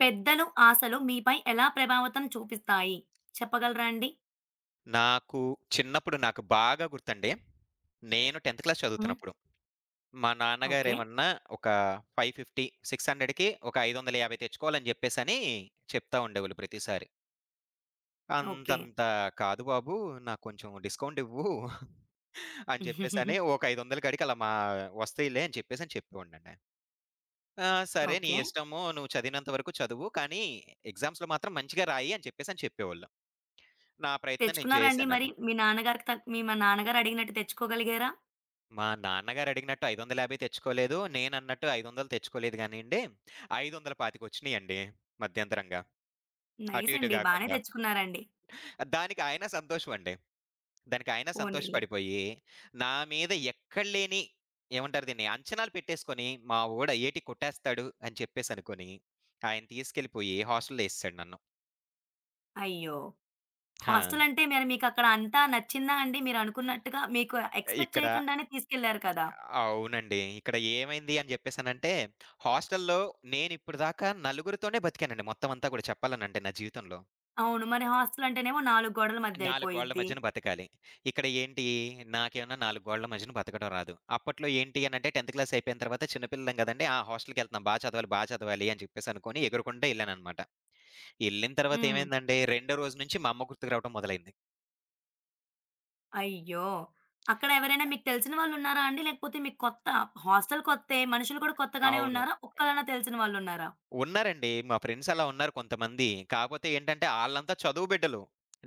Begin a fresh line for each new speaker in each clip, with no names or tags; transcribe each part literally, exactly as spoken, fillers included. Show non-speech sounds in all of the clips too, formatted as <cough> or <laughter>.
పెద్దలు ఆశలు మీపై ఎలా ప్రభావితం చూపిస్తాయి? చెప్పగలరా అండి?
నాకు చిన్నప్పుడు నాకు బాగా గుర్తండి. నేను పదవ క్లాస్
హ్మ్.
చదువుతున్నప్పుడు. మా
ఓకే.
నాన్నగారేమన్నా ఒక ఐదు వందల యాభై, ఆరు వందలకి ఒక ఐదు వందల యాభై తెచ్చుకోవాలని జెప్పేసని చెప్తా ఉండేవోళ్ళు ప్రతిసారి.
ఓకే.
"అంతంత కాదు బాబు, నాకు కొంచెం డిస్కౌంట్ ఇవ్వు" అని జెప్పేసని
<laughs>
ఒక ఐదు వందలు కాడికి అలా మా వస్తాయిలే అని చెప్పేసని చెప్పేవాడినండి. "ఆ! సరే, నీ
ఓకే.
ఇష్టము, నువ్వు చదివినంత వరకు చదువు. కానీ ఎగ్జామ్స్‌లో మాత్రం మంచిగా రాయి" అని చెప్పేసని చెప్పేవోళ్ళు. నా ప్రయత్నం నేను
తెచ్చుకున్నారా అండి మరి?
చేశానండి.
మీ నాన్నగారికి త మీ మా నాన్నగారు అడిగినట్టు తెచ్చుకోగలిగారా?
మా నాన్నగారు అడిగినట్టు ఐదు వందల యాభై తెచ్చుకోలేదు. నేనన్నట్టు ఐదు వందలు తెచ్చుకోలేదు గానీయండి. ఐదు వందల ఇరవై ఐదు మధ్యంతరంగా. అటు
నైస్
ఇటు
అండి. బానే
గాకుండా.
తెచ్చుకున్నారండి.
దానికి ఆయన సంతోషమండి. దానికి ఆయన
పోనీలే.
సంతోషపడిపోయి, నా మీద ఎక్కడ లేని ఏమంటారు దీన్ని? అంచనాలు పెట్టేసుకొని, మా వోడు ఏటి కొట్టేస్తాడు అని చెప్పేసనుకోని, ఆయన తీసుకెళ్ళిపోయి హాస్టల్‌లో యేసేసాడు నన్ను.
అయ్యో!
ఆ!
హాస్టల్ అంటే మరి మీకక్కడ అంతా నచ్చిందా అండి? మీరనుకున్నట్టుగా మీకు ఎక్స్‌పెక్ట్
ఇక్కడ
చేయకుండానే తీసుకెళ్లారు కదా!
అవునండి. ఇక్కడ ఏమైంది అని జెప్పేసనంటే, హాస్టల్‌లో నేనిప్పటిదాకా నలుగురితోనే బతికానండి, మొత్తమంతా గూడా చెప్పాలనంటే నా జీవితంలో.
అవును. మరి హాస్టల్ అంటేనేమో నాలుగు గోడల మధ్య
నాలుగు గోడల
అయిపోయిద్ది.
మధ్యన బతకాలి. ఇక్కడ ఏంటి, నాకేమన్నా నాలుగు గోడల మధ్యన బతకడం రాదు. అప్పట్లో ఏంటి అనంటే పదవ క్లాస్ అయిపోయిన తర్వాత చిన్న పిల్లలం గదండీ! ఆ! హాస్టల్‌కెళ్తున్నాం, బా చదవాలి, బా చదవాలి అని జెప్పేసనుకోని ఎగురుకుంటా ఎళ్ళాననమాట. ఎళ్ళిన తర్వాత
హ్మ్.
ఏమైందండి, రెండో రోజు నుంచి మా అమ్మ గుర్తుకు రావడం మొదలైంది.
అయ్యో! అక్కడ ఎవరైనా మీకు తెలిసిన వాళ్ళున్నారా అండి? లేకపోతే మీకు కొత్త హాస్టల్ కొత్తే, మనుషులు కూడా కొత్తగానే
అవును.
ఉన్నారా? ఒక్కళ్ళన్నా తెలిసిన వాళ్ళున్నారా?
ఉన్నారండి. మా ఫ్రెండ్స్ అలా ఉన్నారు కొంతమంది. కాపోతే ఏంటంటే ఆళ్ళంతా చదువు బిడ్డలు.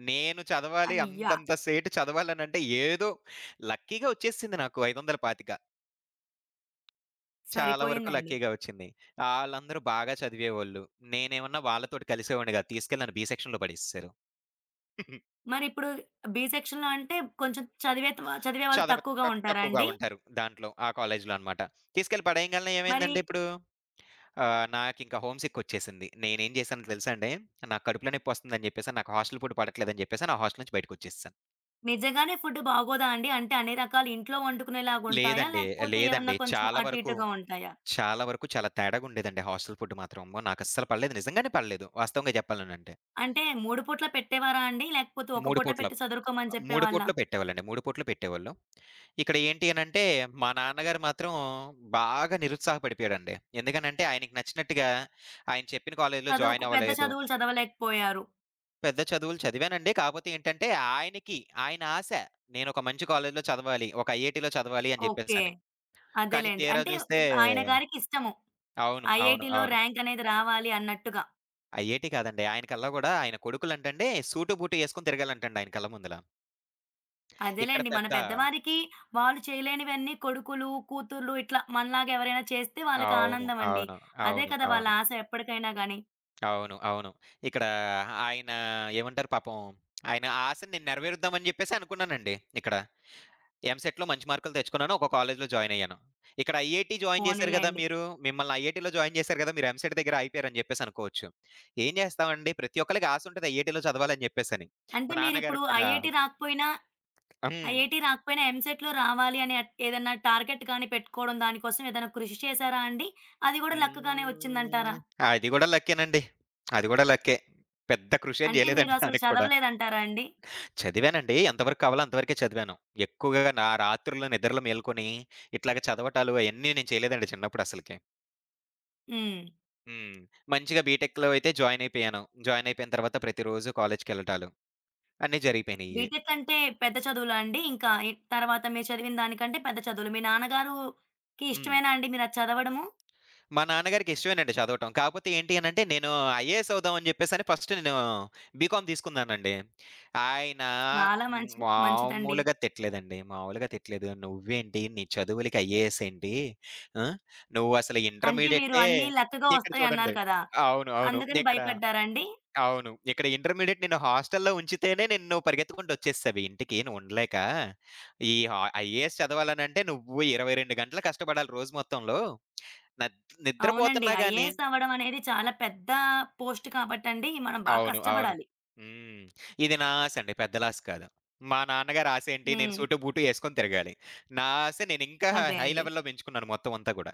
నేను చదవాలి,
అయ్యా!
అంతంత సేటు చదవాలనంటే ఏదో లక్కీగా వచ్చేసింది నాకు ఐదు వందల ఇరవై ఐదు. చాలా వరకు
సరిపోయిందండి.
లక్కీగా వచ్చింది. ఆళ్ళందరూ బాగా చదివేవోళ్ళు. నేనేమన్నా వాళ్ళతోటి కలిసేవాడిని కాదు. తీసుకెళ్ళి నన్ను బి సెక్షన్‌లో పడేసేసారు. <laughs>
మరిప్పుడు బి సెక్షన్‌లో అంటే కొంచెం చదివే త చదివే వాళ్ళు
చదవ
తక్కువగా
తక్
ఉంటారా
తక్కువగా
అండి?
ఉంటారు దాంట్లో. ఆ కాలేజ్‌లో అనమాట. తీసుకెళ్ళి పడేయంగాల్నే
మరి
ఏమైందండి ఇప్పుడు? ఆహ్, నాకింక హోమ్ సికొచ్చేసింది. నేనేం చేశానో తెలుసా అండి, నాకు కడుపులో నొప్పొస్తుందని జెప్పేసని, నాకు హాస్టల్ ఫుడ్ పడట్లేదని జెప్పేసని, ఆ హాస్టల్ నుంచి బయటికొచ్చేసేసాను.
నిజంగానే ఫుడ్ బాగోదా అండి? అంటే అన్ని రకాలు ఇంట్లో వండుకునేలాగా ఉంటాయా?
లేదండి.
లేకపోతే ఏమన్నా
లేదండి.
కొంచెం
చాలా
అటు
వరకు,
ఇటుగా ఉంటాయా?
చాలా వరకు చాలా తేడాగుండేదండి హాస్టల్ ఫుడ్ మాత్రం. అమ్మో! నాకస్సలు పడలేదు. నిజంగానే పడలేదు. వాస్తవంగా జెప్పాలనంటే.
అంటే మూడు పూట్ల పెట్టేవారా అండి? లేకపోతే ఒక
3
పూట
పూట్ల
పెట్టి చదువుకోమని
3
చెప్పేవాళ్ళా?
పూట్లు పెట్టేవాళ్ళండి. మూడు పూట్లు పెట్టేవాళ్ళు. ఇక్కడ ఏంటి అనంటే, మా నాన్నగారు మాత్రం బాగా నిరుత్సాహపడిపోయాడండి. ఎందుకనంటే, ఆయనకి నచ్చినట్టుగా ఆయన చెప్పిన కాలేజీలో
చదువుకు
జాయిన్
పెద్ద
అవ్వలేదు.
చదువులు చదవలేకపోయారు.
పెద్ద చదువులు చదివానండి. కాపోతే ఏంటంటే, ఆయనకి ఆయన ఆశ, నేనొక మంచి కాలేజ్‌లో చదవాలి, ఒక ఐఐటీలో చదవాలి అని
ఓకే.
జెప్పేసని. కానీ
అదేలెండి.
తీరా
అంటే
జూస్తే
ఆయన గారికి ఇష్టము.
అవును. అవును.
ఐఐటీలో
అవును.
ర్యాంక్ అనేది రావాలి అన్నట్టుగా.
ఐఐటీ కాదండి. ఆయన కల్లా గూడా, ఆయన కొడుకులంటండి సూటు, బూటు యేసుకొని తిరగాలంటండి ఆయన కళ్ళ ముందుల. ఇక్కడ
అదేలెండి. మన
పెద్ద
పెద్దవారికి వాళ్ళు చేయలేనివన్నీ కొడుకులు, కూతుర్లు ఇట్లా మనలాగా ఎవరైనా చేస్తే వాళ్ళకి
అవును.
ఆనందమండి.
అవును.
అదే
అవును.
కదా వాళ్ళ
అవును.
ఆశ ఎప్పటికైనా గాని.
అవును. అవును. ఇక్కడ ఆయన ఏమంటారు పాపం, ఆయన ఆశని నేను నెరవేరుద్దామని జెప్పేసి అనుకున్నానండి ఇక్కడ. ఎంసెట్‌లో మంచి మార్కులు తెచ్చుకున్నాను. ఒక కాలేజ్‌లో జాయిన్ అయ్యాను. ఇక్కడ ఐఐటీ జాయిన్ చేశారు కదా
పోనీలెండి.
మీరు. మిమ్మల్ని ఐఐటీలో జాయిన్ చేశారు కదా! మీరు ఎంసెట్ దగ్గర ఆగిపోయారని చెప్పేసి అనుకోవచ్చు. ఏం చేస్తామండి, ప్రతి ఒక్కళ్ళకి ఆశ ఉంటది ఐఐటీలో చదవాలని చెప్పేసని.
అంటే
మా
మీరిప్పుడు
నాన్నగారికి కూడా.
ఐఐటీ రాకపోయినా
హ్మ్.
ఐఐటీ రాకపోయినా ఎంసెట్‌లో రావాలి అని అట్ ఏదన్నా టార్గెట్ గాని పెట్టుకోవడం దానికోసం ఏదైనా కృషి చేశారా అండి? అది గూడా లక్ గానే వచ్చిందంటారా?
హ్మ్. అది కూడా లక్కేనండి. అది కూడా లక్కే. పెద్ద కృషి ఏం
అంటే
చేయలేదండి
మీరసలు
దానికి కూడా.
చదవలేదంటారా అండి?
చదివానండి. ఎంతవరకు కావాలో అంతవరకే చదివాను. ఎక్కువగా నా రాత్రుల్లో నిద్రలో మేలుకొని ఇట్లాగ చదవటాలు అయన్నీ నేను చేయలేదండి చిన్నప్పుడు అసలకి.
హ్మ్.
హ్మ్. మంచిగా బీటెక్‌లో అయితే జాయిన్ అయిపోయాను. జాయిన్ అయిపోయిన తర్వాత ప్రతిరోజు కాలేజ్‌కెళ్ళటాలు అన్నీ జరిగిపోయినియి.
బీటెక్ అంటే పెద్ద చదువులా అండి? ఇంకా ఇ తర్వాత మీరు చదివిన దానికంటే పెద్ద చదువులు. మీ నాన్నగారుకి
హ్మ్.
ఇష్టమేనా అండి మీరది చదవడము?
మా నాన్నగారికి ఇష్టమేనండి చదవటం. కాకపోతే ఏంటి అనంటే నేను ఐఏఎస్ అవుదాం అని జెప్పేసని, ఫస్ట్ నేను బీకామ్ తీసుకున్నానండి. ఆయన
చాలా మంచిది మంచిదండి.
మామూలుగా తిట్టలేదండి. మామూలుగా తిట్టలేదు. "నువ్వేంటి నీ చదువులకి ఐఏఎస్ ఏంటి? ఆ! నువ్వసలు
అంటే మీరు
ఇంటర్మీడియేటే."
అన్నీ లక్కగా
ఇక్కడ
వస్తాయన్నారు
చూడండి.
కదా!
అవును. అవును.
అందుకని
ఇక్కడ
భయపడ్డారా అండి?
అవును. ఇక్కడ ఇంటర్మీడియేట్ నిన్ను హాస్టల్‌లో ఉంచితేనే నిన్ను పరిగెత్తుకుంటొచ్చేసేవి ఇంటికి, నువ్వు ఉండలేక. ఈ ఆ ఐఏఎస్ చదవాలనంటే నువ్వు ఇరవై రెండు గంటలు కష్టపడాలి రోజు మొత్తంలో. నద్
అవునండి.
నిద్రపోతున్నా గాని
ఐఏఎస్ అవ్వడం అనేది చాలా పెద్ద పోస్ట్ కాబట్టండి మనం బా
అవును. అవును.
కష్టపడాలి.
హ్మ్. ఇది నా ఆశ అండి, పెద్దల ఆశ కాదు. మా నాన్నగారి ఆశేంటి, నేను
హ్మ్.
సూటు బూటు యేసుకొని తిరగాలి. నా ఆశ నేనింకా
అదే
హై
అండి.
లెవెల్‌లో పెంచుకున్నాను మొత్తం అంతా గూడా.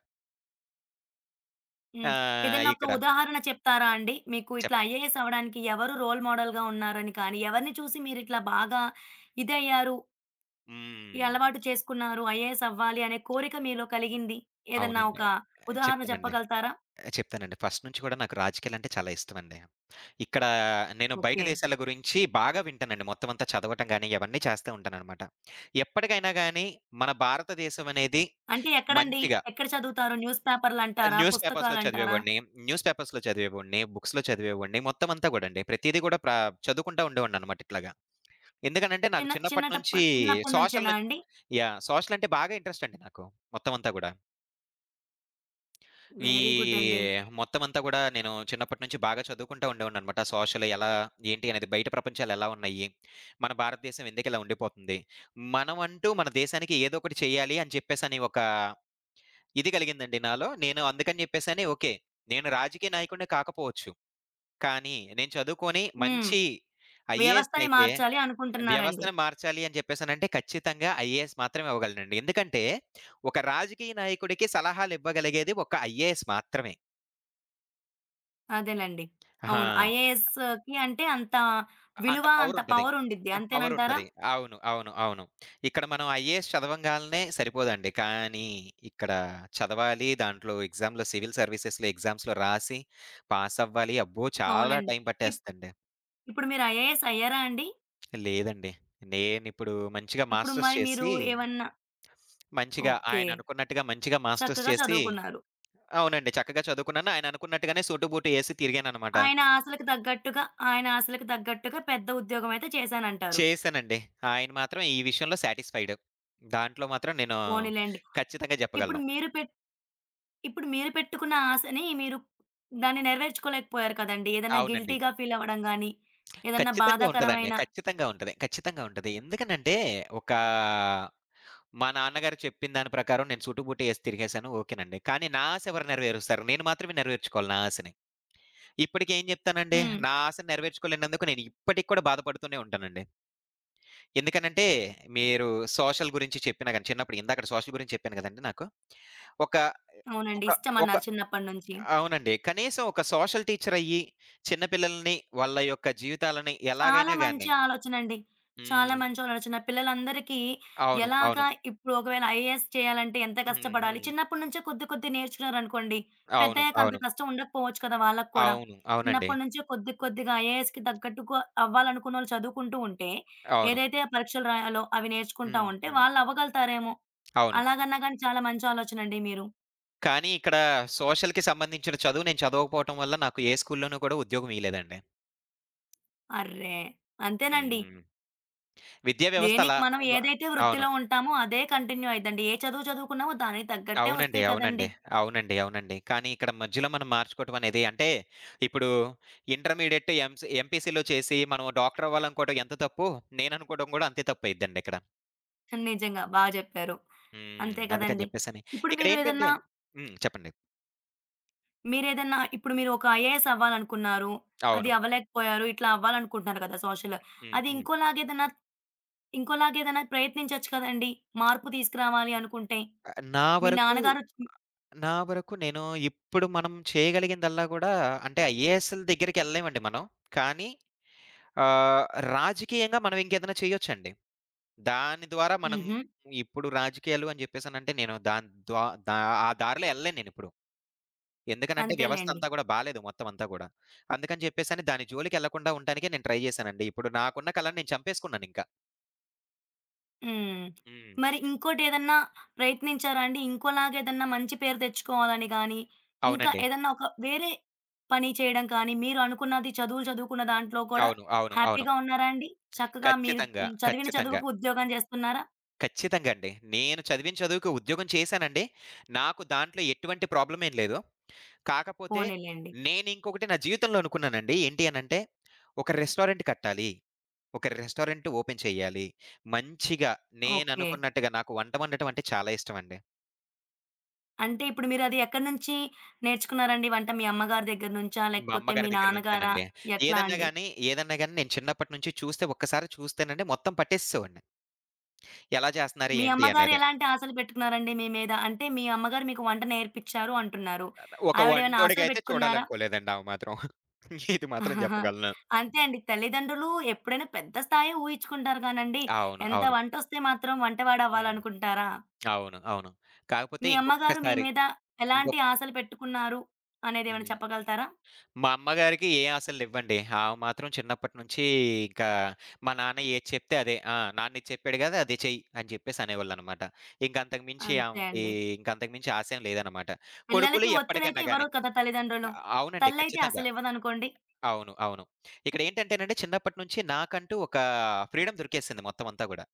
హ్మ్.
ఆహ్,
ఏదన్నా ఒక
ఇక్కడ
ఉదాహరణ చెప్తారా అండి? మీకు ఇట్లా
చెప్
ఐఏఎస్ అవ్వడానికి ఎవరు రోల్ మోడల్‌గా ఉన్నారని కానీ, ఎవరిని చూసి మీరిట్లా బాగా ఇదయ్యారు? ఈ
హ్మ్.
అలవాటు చేసుకున్నారు. ఐఏఎస్ అవ్వాలి అనే కోరిక మీలో కలిగింది. ఏదన్నా ఒక
అవునండి.
ఉదాహరణ
చెప్తానండి.
చెప్పగలుగుతారా?
ఆ! చెప్తానండి. ఫస్ట్ నుంచి కూడా నాకు రాజకీయాలంటే చాలా ఇష్టమండి. ఇక్కడ నేను బయట
ఓకే.
దేశాల గురించి బాగా వింటానండి. మొత్తం అంతా చదవటం గాని, ఇవన్నీ చేస్తూ ఉంటాననమాట. ఎప్పటికైనా గాని మన భారతదేశం అనేది
అంటే ఎక్కడండి?
మంచిగా.
ఎక్కడ చదువుతారు? న్యూస్ పేపర్‌లంటారా?
న్యూస్ పేపర్స్‌లో
పుస్తకాలంటారా?
చదివేవాడిని, న్యూస్ పేపర్స్‌లో చదివేవాడిని, బుక్స్‌లో చదివేవాడిని. మొత్తం అంతా గూడండి. ప్రతీది గూడా ప్ర చదువుకుంటా ఉండేవాడిననమాట ఇట్లాగా. ఎందుకనంటే నాకు
చిన్న
చిన్నప్పటి
చిన్నటప్పు
నుంచి
చిన్నప్పటి
సోషల్
నుంచేనా
నుంచి,
అండి?
యాహ్! సోషల్ అంటే బాగా ఇంట్రెస్ట్ అండి నాకు మొత్తం అంతా గూడా. ఈ
వెరీ గుడ్ అండి.
మొత్తం అంతా గూడా నేను చిన్నప్పటి నుంచి బాగా చదువుకుంటా ఉండేవాడిననమాట. సోషల్ ఎలా, ఏంటి అనేది, బయట ప్రపంచాలు ఎలా ఉన్నాయి? మన భారతదేశం ఎందుకిలా ఉండిపోతుంది? మనం అంటూ మన దేశానికి ఏదో ఒకటి చేయాలి అని చెప్పేసని ఒక ఇది కలిగిందండి నాలో. నేను అందుకని చెప్పేసని ఓకే. నేను రాజకీయ నాయకుడిని కాకపోవచ్చు. కానీ నేను చదువుకొని
హ్మ్.
మంచి
వ్యవస్థని
ఐఏఎస్‌నైతే
మార్చాలి అనుకుంటున్నారండి.
వ్యవస్థను మార్చాలి అని చెప్పేసనంటే ఖచ్చితంగా ఐఏఎస్ మాత్రమే అవ్వగలనండి. ఎందుకంటే ఒక రాజకీయ నాయకుడికి సలహాలివ్వగలిగేది ఒక ఐఏఎస్ మాత్రమే.
అదేలెండి.
ఆహా!
అవును. ఐఏఎస్‌కి అంటే అంత
అంత
విలువ, అంత
పవరుంటది.
పవర్ ఉండిద్ది. అంతేనంటారా?
పవరుంటది. అవును. అవును. అవును. ఇక్కడ మనం ఐఏఎస్ చదవంగాల్నే సరిపోదండి. కానీ ఇక్కడ చదవాలి, దాంట్లో ఎగ్జామ్‌లో సివిల్ సర్వీసెస్‌లో ఎగ్జామ్స్‌లో రాసి పాసవ్వాలి. అబ్బో! చాలా
అవునండి.
టైం
ఇప్
పట్టేస్తండి.
ఇప్పుడు మీరు ఐఏఎస్ అయ్యారా అండి?
లేదండి. నేనిప్పుడు మంచిగా
ఇప్పుడు
మాస్టర్స్
మరి మీరు
చేసి,
ఏమన్నా
మంచిగా
ఓకే.
ఆయననుకున్నట్టుగా మంచిగా మాస్టర్స్
చక్కగా
చేసి
చదువుకున్నారు.
అవునండి. చక్కగా చదువుకున్నాను. ఆయననుకున్నట్టుగానే సూటు బూటు ఏసి తిరిగాననమాట.
ఆయన ఆశలకు తగ్గట్టుగా, ఆయన ఆశలకు తగ్గట్టుగా పెద్ద ఉద్యోగమయితే చేశానంటారు.
చేశానండి. ఆయన మాత్రం ఈ విషయంలో సాటిస్‌ఫైడ్. దాంట్లో మాత్రం నేను
పోనీలెండి.
ఖచ్చితంగా
ఇప్పుడు
చెప్పగలను.
మీరు పెట్ ఇప్పుడు మీరు పెట్టుకున్న ఆశని మీరు దాన్ని నెరవేర్చుకోలేకపోయారు కదండీ! ఏదైనా
అవునండి.
గిల్టీ‌గా ఫీలవ్వడం గాని, ఏదన్నా
ఖచ్చితంగా ఉంటదండి.
బాధాకరమైన
ఖచ్చితంగా ఉంటది. ఖచ్చితంగా ఉంటది. ఎందుకనంటే, ఒక మా నాన్నగారు చెప్పిన దాని ప్రకారం నేను సూటుబూటు ఏసి తిరిగేసాను ఓకేనండి. కానీ నా ఆశ ఎవరు నెరవేరుస్తారు? నేను మాత్రమే నెరవేర్చుకోవాలి నా ఆశని. ఇప్పటికేం చెప్తానండి,
హ్మ్.
నా ఆశను నెరవేర్చుకోలేనందుకు నేను ఇప్పటికి కూడా బాధపడుతూనే ఉంటానండి. ఎందుకనంటే, మీరు సోషల్ గురించి చెప్పినా గాని చిన్నప్పుడు ఇందాకడ సోషల్ గురించి చెప్పాను కదండీ! నాకు. ఒక
అవునండి.
ఒక ఒక
ఇష్టమన్నారు చిన్నప్పటి నుంచి.
అవునండి. కనీసం ఒక సోషల్ టీచర్ అయ్యి, చిన్న పిల్లల్ని వాళ్ళ యొక్క జీవితాలని
చాలా
ఎలాగైనా
మంచి
గాని
ఆలోచనండి. చాలా
హ్మ్.
మంచి ఆలోచన. పిల్లలందరికీ
అవును. అవును.
ఎలాగా ఇప్పుడు ఒకవేళ ఐఏఎస్ చేయాలంటే ఎంత
హ్మ్.
కష్టపడాలి?
హ్మ్.
చిన్నప్పటి నుంచే కొద్ది కొద్ది నేర్చుకున్నారనుకోండి.
అవును.
పెద్దయ్యాక అంత
అవును.
కష్టం ఉండకపోవచ్చు కదా! వాళ్ళకి కూడా.
అవును. అవునండి.
చిన్నప్పటి నుంచే కొద్ది కొద్దిగా ఐఏఎస్‌కి తగ్గట్టుగా అవ్వాలనుకున్నోళ్ళు చదువుకుంటూ ఉంటే,
అవును.
ఏదైతే పరీక్షలు రాయాలో అవి నేర్చుకుంటా
హ్మ్.
ఉంటే
హ్మ్.
వాళ్ళు అవ్వగలుగుతారేమో!
అవును.
అలాగన్నా గాని చాలా మంచి ఆలోచనండి మీరు.
కానీ ఇక్కడ సోషల్‌కి సంబంధించిన చదువు నేను చదవకపోవటం వల్ల నాకు ఏ స్కూల్‌లోనూ కూడా ఉద్యోగం ఇయలేదండి.
అర్రే! అంతేనండి.
హ్మ్. విద్యా వ్యవస్థ
దేనికి
అలా
మనం
బ
ఏదైతే
అవును.
వృత్తిలో ఉంటామో అదే కంటిన్యూ అయిద్దండి. ఏ చదువు చదువుకున్నామో దానికి తగ్గట్టే
అవునండి.
వస్తాయి
అవునండి.
కదండీ!
అవునండి. అవునండి. కానీ ఇక్కడ మధ్యలో మనం మార్చుకోవటం అనేది అంటే, ఇప్పుడు ఇంటర్మీడియేట్ ఎంసీ ఎంపీసీలో చేసి మనం డాక్టర్ అవ్వాలనుకోవడం ఎంత తప్పు, నేననుకోవడం కూడా అంతే తప్పయిద్దండి ఇక్కడ.
నిజంగా బా జెప్పారు.
హ్మ్.
అంతే
అందుకని
కదండీ!
చెప్పేసని.
ఇప్పుడు మీరు ఏదన్నా
ఇక్కడేంటంటే హ్మ్. చెప్పండి.
మీరేదన్నా ఇప్పుడు మీరు ఒక ఐఏఎస్ అవ్వాలనుకున్నారు. అది
అవును.
అవ్వలేకపోయారు. ఇట్లా అవ్వాలనుకుంటున్నారు కదా! సోషల్.
హ్మ్.
అది
హ్మ్.
ఇంకోలాగేదన్నా ఇంకోలాగేదన్నా ప్రయత్నించొచ్చు కదండీ! మార్పు తీసుకురావాలి అనుకుంటే.
నా
మీ
వరకు,
నాన్నగారు హ్మ్.
నా వరకు నేను ఇప్పుడు మనం చేయగలిగిందల్లా కూడా అంటే ఐఏఎస్‌ల దగ్గరికెళ్ళలేమండి మనం. కానీ ఆహ్, రాజకీయంగా మనం ఇంకేదైనా చేయొచ్చండి. దాని ద్వారా మనం
హుహు.
ఇప్పుడు రాజకీయాలు అని జెప్పేసనంటే నేను దాని ద్వా దా ఆ దారిలో ఎళ్ళలేను నేనిప్పుడు. ఎందుకనంటే వ్యవస్థ
అంతేలెండి.
అంతా గూడా బాలేదు మొత్తం అంతా గూడా. అందుకని జెప్పేసని దాని జోలికెళ్ళకుండా ఉంటానికే నేను ట్రై జేశానండి. ఇప్పుడు నాకున్న కళని నేను చంపేసుకున్నానింకా.
హ్మ్.
హ్మ్.
మరి ఇంకోటేదన్నా ప్రయత్నించారా అండి? ఇంకోలాగా ఏదన్నా మంచి పేరు తెచ్చుకోవాలని గానీ, ఇంకా
అవునండి.
ఏదన్నా ఒక వేరే పని చేయడం కానీ, మీరు అనుకున్నది చదువులు చదువుకున్న దాంట్లో కూడా
అవును. అవును. అవును.
హ్యాపీగా ఉన్నారా అండి? చక్కగా మీరు
ఖచ్చితంగా.
హ్మ్. చదివిన
ఖచ్చితంగా.
చదువుకు ఉద్యోగం చేస్తున్నారా?
ఖచ్చితంగా అండి. నేను చదివిన చదువుకి ఉద్యోగం చేశానండి. నాకు దాంట్లో ఎటువంటి ప్రాబ్లమ్ ఏం లేదు. కాకపోతే
పోనీలెండి.
నేనింకొకటి నా జీవితంలో అనుకున్నానండి. ఏంటి అనంటే, ఒక రెస్టారెంట్ కట్టాలి. ఒక రెస్టారెంట్ ఓపెన్ చేయాలి. మంచిగా
ఓకే.
నేననుకున్నట్టుగా నాకు వంట వండటం అంటే చాలా ఇష్టమండి.
అంటే ఇప్పుడు మీరది ఎక్కడి నుంచి నేర్చుకున్నారండి వంట? మీ అమ్మగారి దగ్గర నుంచా?
మా
లేకపోతే మీ
అమ్మగారి దగ్గర
నాన్నగారా?
నుంచేనండి.
ఎట్లా
ఏదన్నా
అండి?
గాని, ఏదన్నా గాని నేను చిన్నప్పటి నుంచి చూస్తే ఒక్కసారి చూస్తేనండి మొత్తం పట్టేసేసేవాడిని. ఎలా చేస్తున్నారు
మీ
ఏంటి
అమ్మగారు
అనేది.
ఎలాంటి ఆశలు పెట్టుకున్నారండి మీ మీద? అంటే మీ అమ్మగారు మీకు వంట నేర్పిచ్చారు అంటున్నారు.
ఒక
ఆవిడేమైనా ఆశలు
వంటోడికైతే
పెట్టుకున్నారా?
చూడాలనుకోలేదండి ఆ మాత్రం. ఇది
<laughs>
మాత్రం
ఆహాహా.
చెప్పగలను.
అంతే అండి. తల్లిదండ్రులు ఎప్పుడైనా పెద్ద స్థాయే ఊహించుకుంటారు గానండి,
అవును.
ఎంత
అవును.
వంటొస్తే మాత్రం
హ్మ్.
వంటవాడవ్వాలనుకుంటారా?
అవును. అవును. కాకపోతే
మీ అమ్మగారు మీ
ఇంకొక్కసారి
మీద ఎలాంటి
ఇంకొక్
ఆశలు పెట్టుకున్నారు అనేదేమైనా
హ్మ్.
చెప్పగలుగుతారా?
మా అమ్మగారికి ఏ ఆశలివ్వండి. ఆమె మాత్రం చిన్నప్పటి నుంచి ఇంకా మా నాన్న ఏది చెప్తే అదే. ఆ! నాన్న ఇది చెప్పాడు గదా! అదే చెయ్యి అని చెప్పేసి అనేవాళ్ళనమాట. ఇంక అంతకు మించి
అంతే
ఆమెకి
అండి.
ఇంక అంతకు మించి ఆశ ఏం లేదనమాట. కొడుకులు
పిల్లలకి ఒత్తిడైతే
ఎప్పటికన్నా
ఇవ్వరు
గాని
కదా తల్లిదండ్రులు.
అవునండి.
తల్లయితే
ఖచ్చితంగా.
అసలివ్వదనుకోండి.
అవును. అవును. ఇక్కడేంటంటేనండి చిన్నప్పటి నుంచి నాకంటూ ఒక ఫ్రీడమ్ దొరికేసింది మొత్తం అంతా గూడా.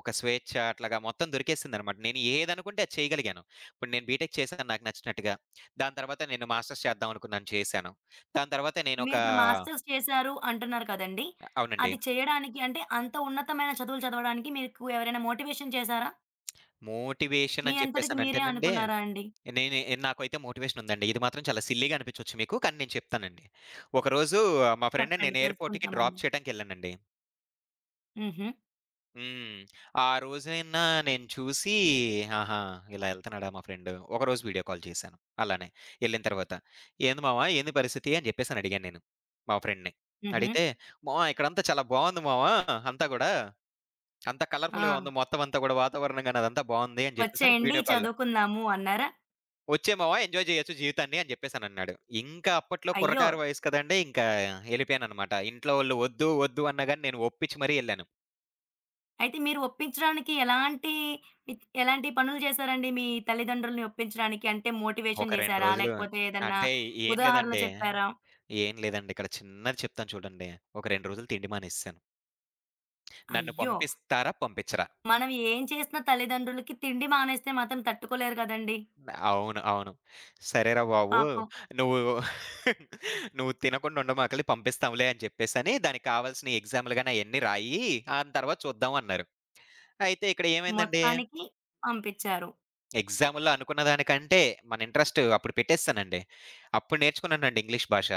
ఒక స్వేచ్ఛ అట్లాగా మొత్తం దొరికేసిందనమాట. నేను ఏదనుకుంటే అది చేయగలిగాను. ఇప్పుడు నేను బీటెక్ చేశాను నాకు నచ్చినట్టుగా. దాని తర్వాత నేను మాస్టర్స్ చేద్దాం అనుకున్నాను, చేశాను. దాని తర్వాత నేనొక
మీరిప్పుడు మాస్టర్స్ చేశారు అంటున్నారు కదండీ!
అవునండి.
అది చేయడానికి అంటే అంత ఉన్నతమైన చదువులు చదవడానికి మీకు ఎవరైనా మోటివేషన్ చేశారా?
మోటివేషన్
మీ
అని
అంతటికి మీరే
చెప్పేసనంటేనండి,
అనుకున్నారా అండి?
నేనే నాకైతే మోటివేషన్ ఉందండి. ఇది మాత్రం చాలా సిల్లీగా అనిపించొచ్చు మీకు. కానీ నేను చెప్తానండి. ఒకరోజు మా ఫ్రెండ్‌ని
చెప్పండి
నేను ఎయిర్‌పోర్ట్‌కి
తెలుసుకుంటామండి.
డ్రాప్ చేయడానికెళ్ళానండి.
హుహు.
హ్మ్. ఆ రోజైనా నేను చూసి ఆహా! ఇలా ఎళ్తున్నాడా మా ఫ్రెండు. ఒకరోజు వీడియో కాల్ చేశాను. అలానే ఎళ్ళిన తర్వాత, "ఏంది మామ, ఏంది పరిస్థితి?" అని చెప్పేసని అడిగాను నేను మా ఫ్రెండ్‌ని.
హుహు.
అడిగితే, "మామ ఇక్కడంతా చాలా బావుంది మామ అంతా గూడా. అంతా కలర్‌ఫుల్‌గా
ఆ!
ఉంది, మొత్తం అంతా గూడా వాతావరణం గాని అదంతా బావుంది" అని చెప్పేసని
"వచ్చేయండి
వీడియో కాల్
చదువుకుందాము" అన్నారా?
వచ్చేమవా ఎంజాయ్ చేయొచ్చు జీవితాన్ని అని చెప్పేసనన్నాడు. ఇంకా అప్పట్లో
అయ్యో!
కుర్రకారు వయసు కదండీ! ఇంకా ఎళ్ళిపోయాననమాట. ఇంట్లో వాళ్ళు వద్దు, వద్దు అన్నా గాని నేను ఒప్పించి మరీ ఎళ్ళాను.
అయితే మీరు ఒప్పించడానికి ఎలాంటి ఇచ్ ఎలాంటి పనులు చేశారండి మీ తల్లిదండ్రుల్ని ఒప్పించడానికి? అంటే మోటివేషన్
ఒక రెండు
చేశారా?
రోజులు
లేకపోతే ఏదన్నా
అంటే ఏం
ఉదాహరణ
లేదండి.
చెప్పారా?
ఏం లేదండి. ఇక్కడ చిన్నది చెప్తాను చూడండి. ఒక రెండు రోజులు తిండి మానేసేసాను. నన్ను
అయ్యో!
పంపిస్తారా? పంపించరా?
మనం ఏం చేసినా తల్లిదండ్రులకి తిండి మానేస్తే మాత్రం తట్టుకోలేరు కదండీ!
అవును. అవును. సరేరా బాబు!
పాపం
నువ్వు <laughs> నువ్వు తినకుండా ఉండమాకులే, పంపిస్తాంలే అని చెప్పేసని దానికి కావాల్సిన ఎగ్జామ్‌లు గాని అయన్నీ రాయి. ఆ తర్వాత చూద్దాం అన్నారు. అయితే ఇక్కడ ఏమైందండి,
మొత్తానికి పంపిచ్చారు.
ఎగ్జామ్‌లో అనుకున్న దానికంటే మన ఇంట్రెస్ట్ అప్పుడు పెట్టేసానండి. అప్పుడు నేర్చుకున్నానండి ఇంగ్లీష్ భాష.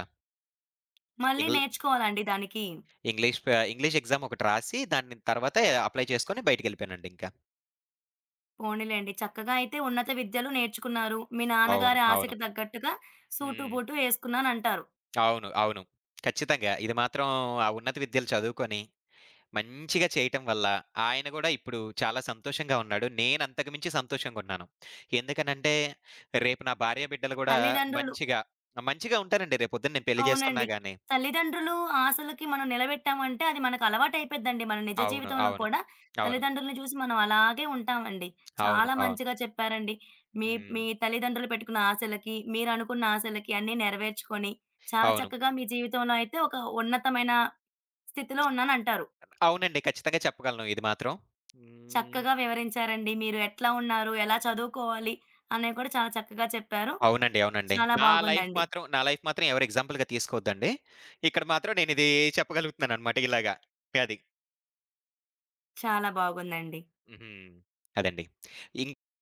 మళ్ళీ
ఇంగ్ల్
నేర్చుకోవాలండి దానికి.
ఇంగ్లీష్ ప ఇంగ్లీష్ ఎగ్జామ్ ఒకటి రాసి దాని తర్వాత అప్లై చేసుకొని బయటికెళ్ళిపోయానండి ఇంకా.
పోనీలెండి చక్కగా అయితే ఉన్నత విద్యలు నేర్చుకున్నారు. మీ
అవును.
నాన్నగారి
అవును.
ఆశకి తగ్గట్టుగా సూటు,
హ్మ్.
బూటు ఏసుకున్నానంటారు.
అవును. అవును. ఖచ్చితంగా. ఇది మాత్రం ఆ ఉన్నత విద్యలు చదువుకొని మంచిగా చేయటం వల్ల ఆయన గూడా ఇప్పుడు చాలా సంతోషంగా ఉన్నాడు. నేను అంతకు మించి సంతోషంగున్నాను. ఎందుకనంటే రేపు నా భార్య బిడ్డలు గూడా
తల్లిదండ్రులు
మంచిగా మంచిగా ఉంటారండి, రేపొద్దున నేను పెళ్లి చేసుకున్నా
అవునండి.
గాని.
తల్లిదండ్రులు ఆశలకి మనం నిలబెట్టామంటే అది మనకు అలవాటయిపోద్దండి. మన నిజ
అవును.
జీవితంలో
అవును.
కూడా
అవును.
తల్లిదండ్రులని చూసి మనం అలాగే ఉంటామండి.
అవును.
చాలా
అవును.
మంచిగా చెప్పారండి. మీ
హ్మ్.
మీ తల్లిదండ్రులు పెట్టుకున్న ఆశలకి, మీరనుకున్న ఆశలకి అన్నీ నెరవేర్చుకొని చాలా
అవును.
చక్కగా మీ జీవితంలో అయితే ఒక ఉన్నతమైన స్థితిలో ఉన్నానంటారు.
అవునండి. ఖచ్చితంగా చెప్పగలను ఇది మాత్రం. హ్మ్.
చక్కగా వివరించారండి. మీరు ఎట్లా ఉన్నారు? ఎలా చదువుకోవాలి? అనేవి కూడా చాలా చక్కగా చెప్పారు.
అవునండి. అవునండి.
చాలా
నా లైఫ్
బాగుందండి.
మాత్రం నా లైఫ్ మాత్రం ఎవరు ఎగ్జాంపుల్‌గా తీసుకోవద్దండి. ఇక్కడ మాత్రం నేనిది చెప్పగలుగుతున్నాననమాట ఇలాగా. అది.
చాలా బాగుందండి.
హ్మ్. అదండి. ఇం